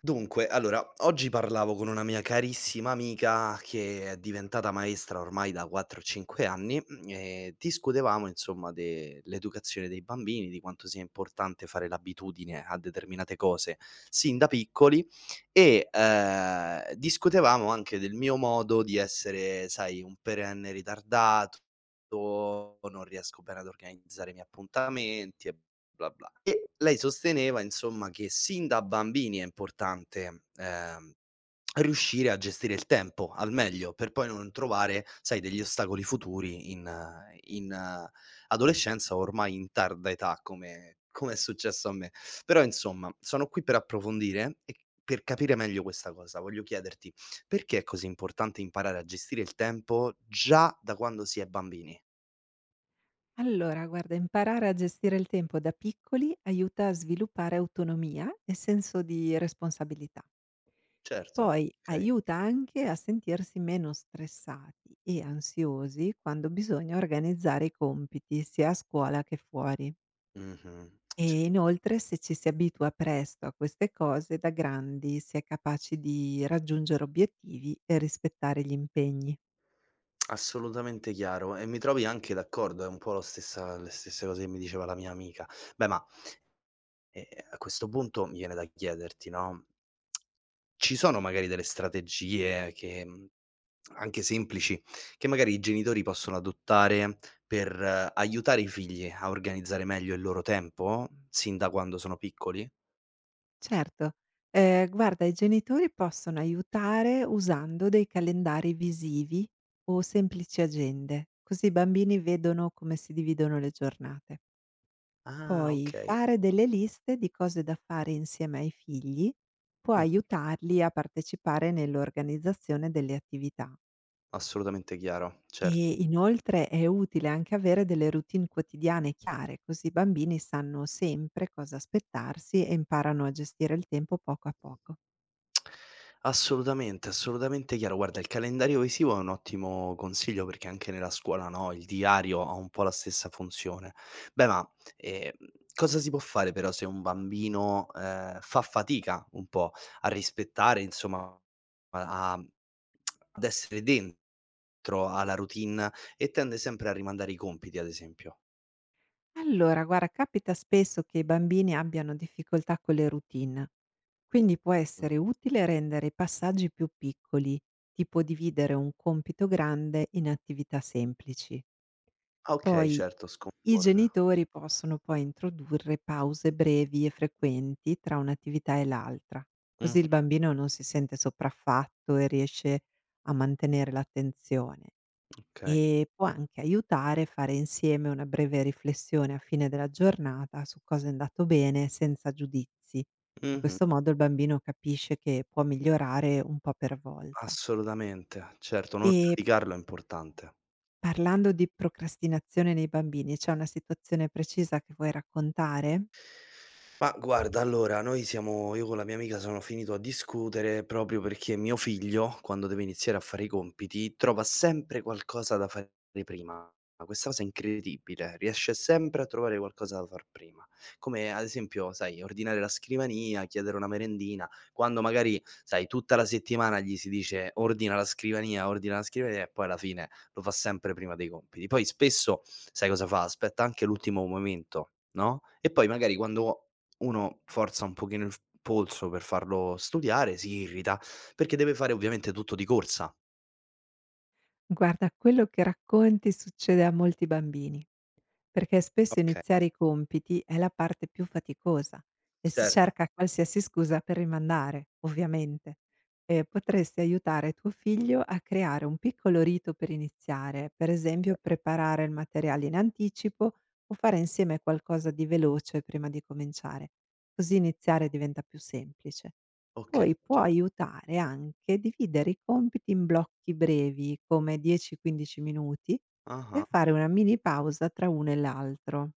Dunque, allora, oggi parlavo con una mia carissima amica che è diventata maestra ormai da 4-5 anni, e discutevamo, insomma, dell'educazione dei bambini, di quanto sia importante fare l'abitudine a determinate cose sin da piccoli e discutevamo anche del mio modo di essere, sai, un perenne ritardato, non riesco bene ad organizzare i miei appuntamenti e bla, bla. E lei sosteneva insomma che sin da bambini è importante, riuscire a gestire il tempo al meglio per poi non trovare, sai, degli ostacoli futuri in adolescenza o ormai in tarda età come è successo a me. Però insomma, sono qui per approfondire e per capire meglio questa cosa. Voglio chiederti: perché è così importante imparare a gestire il tempo già da quando si è bambini? Allora, guarda, imparare a gestire il tempo da piccoli aiuta a sviluppare autonomia e senso di responsabilità. Certo, Poi okay. aiuta anche a sentirsi meno stressati e ansiosi quando bisogna organizzare i compiti sia a scuola che fuori. Mh-mh. Cioè, E inoltre, se ci si abitua presto a queste cose, da grandi si è capaci di raggiungere obiettivi e rispettare gli impegni. assolutamente chiaro e mi trovi anche d'accordo, è un po' lo stessa le stesse cose che mi diceva la mia amica. Beh, ma, ehm, a questo punto mi viene da chiederti, no, ci sono magari delle strategie che, anche semplici, che magari i genitori possono adottare per aiutare i figli a organizzare meglio il loro tempo, sin da quando sono piccoli? Certo. Guarda, i genitori possono aiutare usando dei calendari visivi o semplici agende, così i bambini vedono come si dividono le giornate. Ah, Poi okay. fare delle liste di cose da fare insieme ai figli può Mh, aiutarli a partecipare nell'organizzazione delle attività. assolutamente chiaro, cer E inoltre è utile anche avere delle routine quotidiane chiare, così i bambini sanno sempre cosa aspettarsi e imparano a gestire il tempo poco a poco. Assolutamente, assolutamente chiaro. Guarda, il calendario visivo è un ottimo consiglio perché anche nella scuola, no, il diario ha un po' la stessa funzione. Beh, ma, ehm, cosa si può fare però se un bambino, fa fatica un po' a rispettare, insomma, a ad essere dentro alla routine e tende sempre a rimandare i compiti, ad esempio? Allora, guarda, capita spesso che i bambini abbiano difficoltà con le routine, quindi può Mh. essere utile rendere i passaggi più piccoli, tipo dividere un compito grande in attività semplici. Ah, okay, Poi certo, i scomporre. genitori possono poi introdurre pause brevi e frequenti tra un'attività e l'altra, così Mh, il bambino non si sente sopraffatto e riesce a mantenere l'attenzione. okay. E può anche aiutare a fare insieme una breve riflessione a fine della giornata su cosa è andato bene senza giudizi. In Mh-mh. questo modo il bambino capisce che può migliorare un po' per volta. Assolutamente, certo, non E giudicarlo è importante. parlando di procrastinazione nei bambini, c'è una situazione precisa che vuoi raccontare? Ma guarda, allora, noi siamo io con la mia amica sono finito a discutere proprio perché mio figlio, quando deve iniziare a fare i compiti, trova sempre qualcosa da fare prima. Questa cosa è incredibile, riesce sempre a trovare qualcosa da far prima. Come ad esempio, sai, ordinare la scrivania, chiedere una merendina, quando magari, sai, tutta la settimana gli si dice ordina la scrivania e poi alla fine lo fa sempre prima dei compiti. Poi spesso, sai cosa fa? Aspetta anche l'ultimo momento, no, e poi magari quando uno forza un pochino il f polso per farlo studiare, si irrita, perché deve fare ovviamente tutto di corsa. Guarda, quello che racconti succede a molti bambini. Perché spesso Okay, iniziare i compiti è la parte più faticosa e si certo, cerca qualsiasi scusa per rimandare, ovviamente. Potresti aiutare tuo figlio a creare un piccolo rito per iniziare, per esempio capito. preparare il materiale in anticipo o fare insieme qualcosa di veloce prima di cominciare. Così iniziare diventa più semplice. Okay. Poi può aiutare anche dividere i compiti in blocchi brevi, come 10-15 minuti, e a Ah-ah, fare una mini pausa tra uno e l'altro.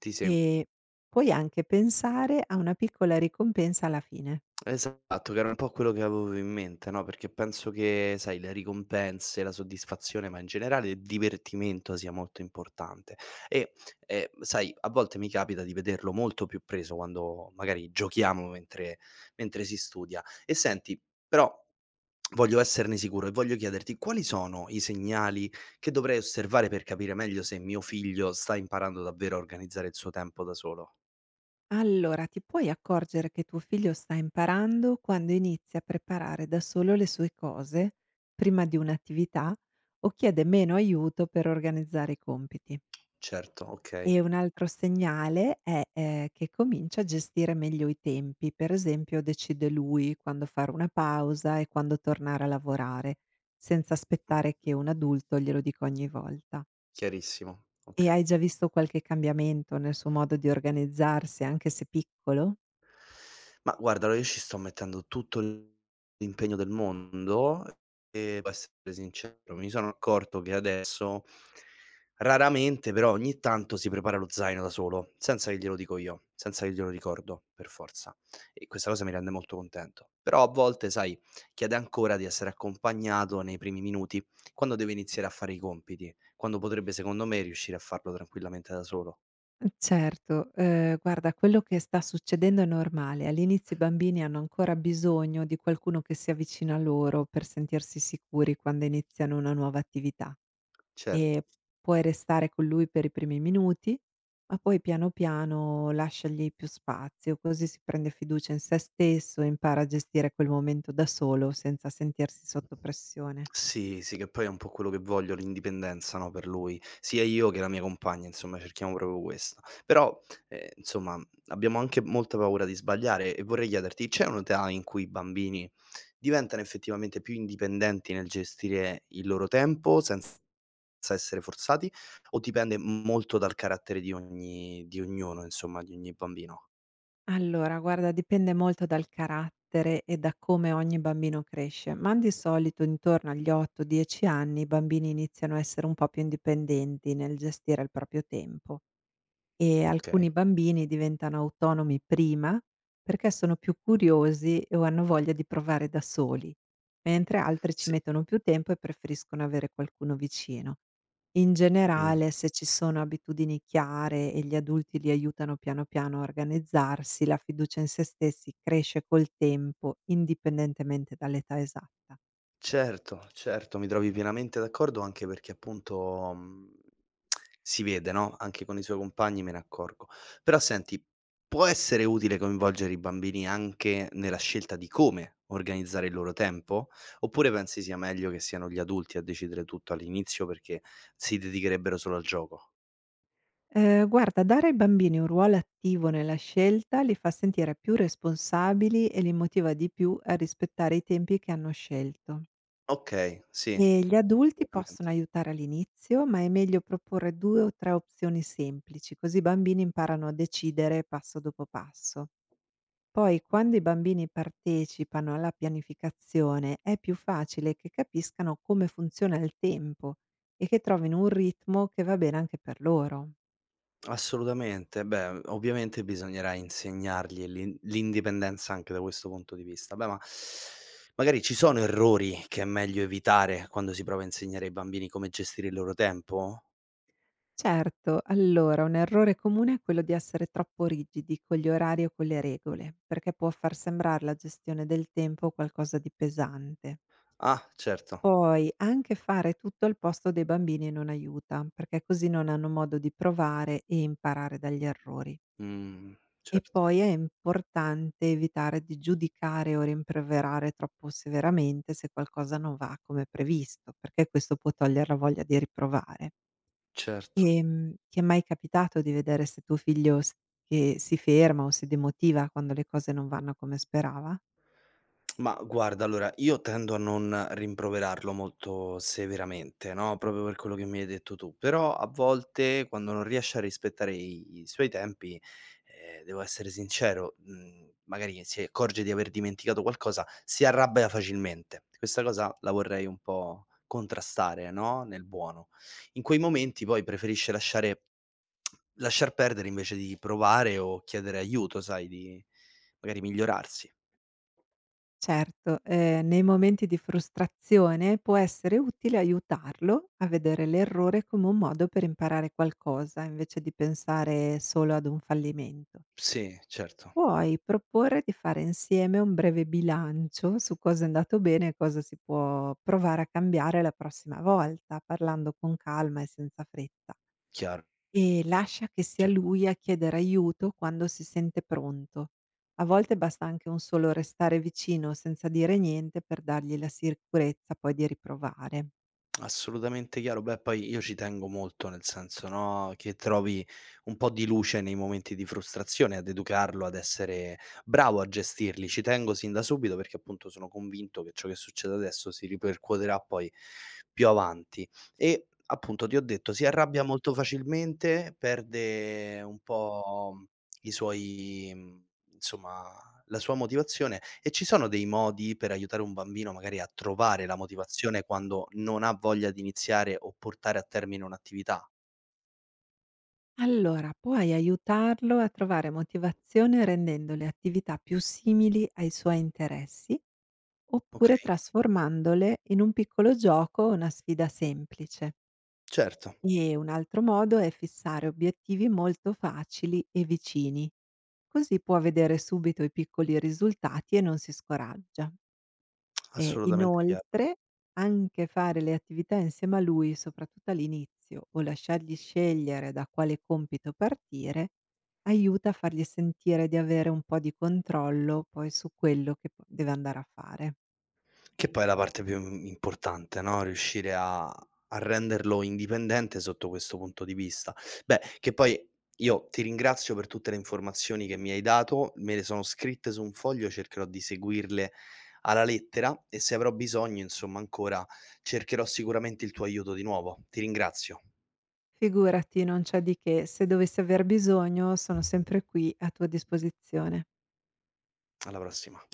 ti seguo. E puoi anche pensare a una piccola ricompensa alla fine. Esatto, che era un po' quello che avevo in mente, no, perché penso che, sai, le ricompense, la soddisfazione, ma in generale il divertimento sia molto importante. E, sai, a volte mi capita di vederlo molto più preso quando magari giochiamo mentre si studia. E senti, però voglio esserne sicuro e voglio chiederti quali sono i segnali che dovrei osservare per capire meglio se mio figlio sta imparando davvero a organizzare il suo tempo da solo? Allora, ti puoi accorgere che tuo figlio sta imparando quando inizia a preparare da solo le sue cose prima di un'attività o chiede meno aiuto per organizzare i compiti. Certo, E okay. un altro segnale è, che comincia a gestire meglio i tempi, per esempio decide lui quando fare una pausa e quando tornare a lavorare, senza aspettare Mh. che un adulto glielo dica ogni volta. Chiarissimo, E okay. hai già visto qualche cambiamento nel suo modo di organizzarsi, anche se piccolo? Ma guarda, allora io ci sto mettendo tutto l'impegno del mondo e devo essere sincero, mi sono accorto che adesso raramente, però ogni tanto si prepara lo zaino da solo, senza che glielo dico io, senza che glielo ricordo per forza e questa cosa mi rende molto contento. Però a volte, sai, chiede ancora di essere accompagnato nei primi minuti, quando deve iniziare a fare i compiti, quando potrebbe secondo me riuscire a farlo tranquillamente da solo. Certo, guarda, quello che sta succedendo è normale. All'inizio i bambini hanno ancora bisogno di qualcuno che sia vicino a loro per sentirsi sicuri quando iniziano una nuova attività. Cer Ehm, Puoi restare con lui per i primi minuti, ma poi piano piano lasciagli più spazio, così si prende fiducia in sé stesso e impara a gestire quel momento da solo senza sentirsi sotto pressione. Sì, sì, che poi è un po' quello che voglio, l'indipendenza, no, per lui. Sia io che la mia compagna, insomma, cerchiamo proprio questo. Però, insomma, abbiamo anche molta paura di sbagliare e vorrei chiederti: c'è un'età in cui i bambini diventano effettivamente più indipendenti nel gestire il loro tempo senza essere forzati, o dipende molto dal carattere di ognuno, insomma, di ogni bambino? Allora, guarda, dipende molto dal carattere e da come ogni bambino cresce, ma di solito intorno agli 8, 10 anni i bambini iniziano a essere un po' più indipendenti nel gestire il proprio tempo. E alcuni Okay, bambini diventano autonomi prima perché sono più curiosi o hanno voglia di provare da soli, mentre altri ci sì. mettono più tempo e preferiscono avere qualcuno vicino. In Mh. generale, se ci sono abitudini chiare e gli adulti li aiutano piano piano a organizzarsi, la fiducia in se stessi cresce col tempo, indipendentemente dall'età esatta. Certo, certo, mi trovi pienamente d'accordo anche perché appunto, si vede, no, anche con i suoi compagni me ne accorgo. Però senti, può essere utile coinvolgere i bambini anche nella scelta di come organizzare il loro tempo? Oppure pensi sia meglio che siano gli adulti a decidere tutto all'inizio perché si dedicherebbero solo al gioco? Guarda, dare ai bambini un ruolo attivo nella scelta li fa sentire più responsabili e li motiva di più a rispettare i tempi che hanno scelto. Okay, sì, E gli adulti possono sicuramente. aiutare all'inizio, ma è meglio proporre 2 o 3 opzioni semplici, così i bambini imparano a decidere passo dopo passo. Poi quando i bambini partecipano alla pianificazione, è più facile che capiscano come funziona il tempo e che trovino un ritmo che va bene anche per loro. Assolutamente. Beh, ovviamente bisognerà insegnargli l'indipendenza anche da questo punto di vista. Beh, ma magari ci sono errori che è meglio evitare quando si prova a insegnare ai bambini come gestire il loro tempo? Certo, allora un errore comune è quello di essere troppo rigidi con gli orari o con le regole, perché può far sembrare la gestione del tempo qualcosa di pesante. Ah, certo. Poi anche fare tutto al posto dei bambini non aiuta, perché così non hanno modo di provare e imparare dagli errori. Mh, E certo, poi è importante evitare di giudicare o rimproverare troppo severamente se qualcosa non va come previsto, perché questo può togliere la voglia di riprovare. certo. Ti è mai capitato di vedere se tuo figlio s che si ferma o si demotiva quando le cose non vanno come sperava? Ma guarda, allora io tendo a non rimproverarlo molto severamente, no, proprio per quello che mi hai detto tu, però a volte quando non riesce a rispettare i suoi tempi, devo essere sincero, magari si accorge di aver dimenticato qualcosa, si arrabbia facilmente. Questa cosa la vorrei un po' contrastare, no, nel buono. In quei momenti poi preferisce lasciar perdere invece di provare o chiedere aiuto, sai, di magari migliorarsi. Certo, nei momenti di frustrazione può essere utile aiutarlo a vedere l'errore come un modo per imparare qualcosa, invece di pensare solo ad un fallimento. Sì, certo, Puoi proporre di fare insieme un breve bilancio su cosa è andato bene e cosa si può provare a cambiare la prossima volta, parlando con calma e senza fretta. chiaro, E lascia che sia cioè lui a chiedere aiuto quando si sente pronto. A volte basta anche un solo restare vicino senza dire niente per dargli la sicurezza poi di riprovare. assolutamente chiaro. Beh, poi io ci tengo molto, nel senso, no, che trovi un po' di luce nei momenti di frustrazione, ad educarlo, ad essere bravo a gestirli. Ci tengo sin da subito perché appunto sono convinto che ciò che succede adesso si ripercuoterà poi più avanti. E appunto ti ho detto, si arrabbia molto facilmente, perde un po' i suoi, insomma la sua motivazione e ci sono dei modi per aiutare un bambino magari a trovare la motivazione quando non ha voglia di iniziare o portare a termine un'attività? Allora, puoi aiutarlo a trovare motivazione rendendo le attività più simili ai suoi interessi oppure Okay, trasformandole in un piccolo gioco o una sfida semplice. certo, E un altro modo è fissare obiettivi molto facili e vicini, così può vedere subito i piccoli risultati e non si scoraggia. E assolutamente chiaro. inoltre anche fare le attività insieme a lui, soprattutto all'inizio, o lasciargli scegliere da quale compito partire, aiuta a fargli sentire di avere un po' di controllo poi su quello che deve andare a fare. Che poi è la parte più, importante, no, riuscire a renderlo indipendente sotto questo punto di vista. Beh, che poi io ti ringrazio per tutte le informazioni che mi hai dato, me le sono scritte su un foglio, cercherò di seguirle alla lettera e se avrò bisogno, insomma, ancora cercherò sicuramente il tuo aiuto di nuovo. Ti ringrazio. Figurati, non c'è di che, se dovessi aver bisogno sono sempre qui a tua disposizione. Alla prossima.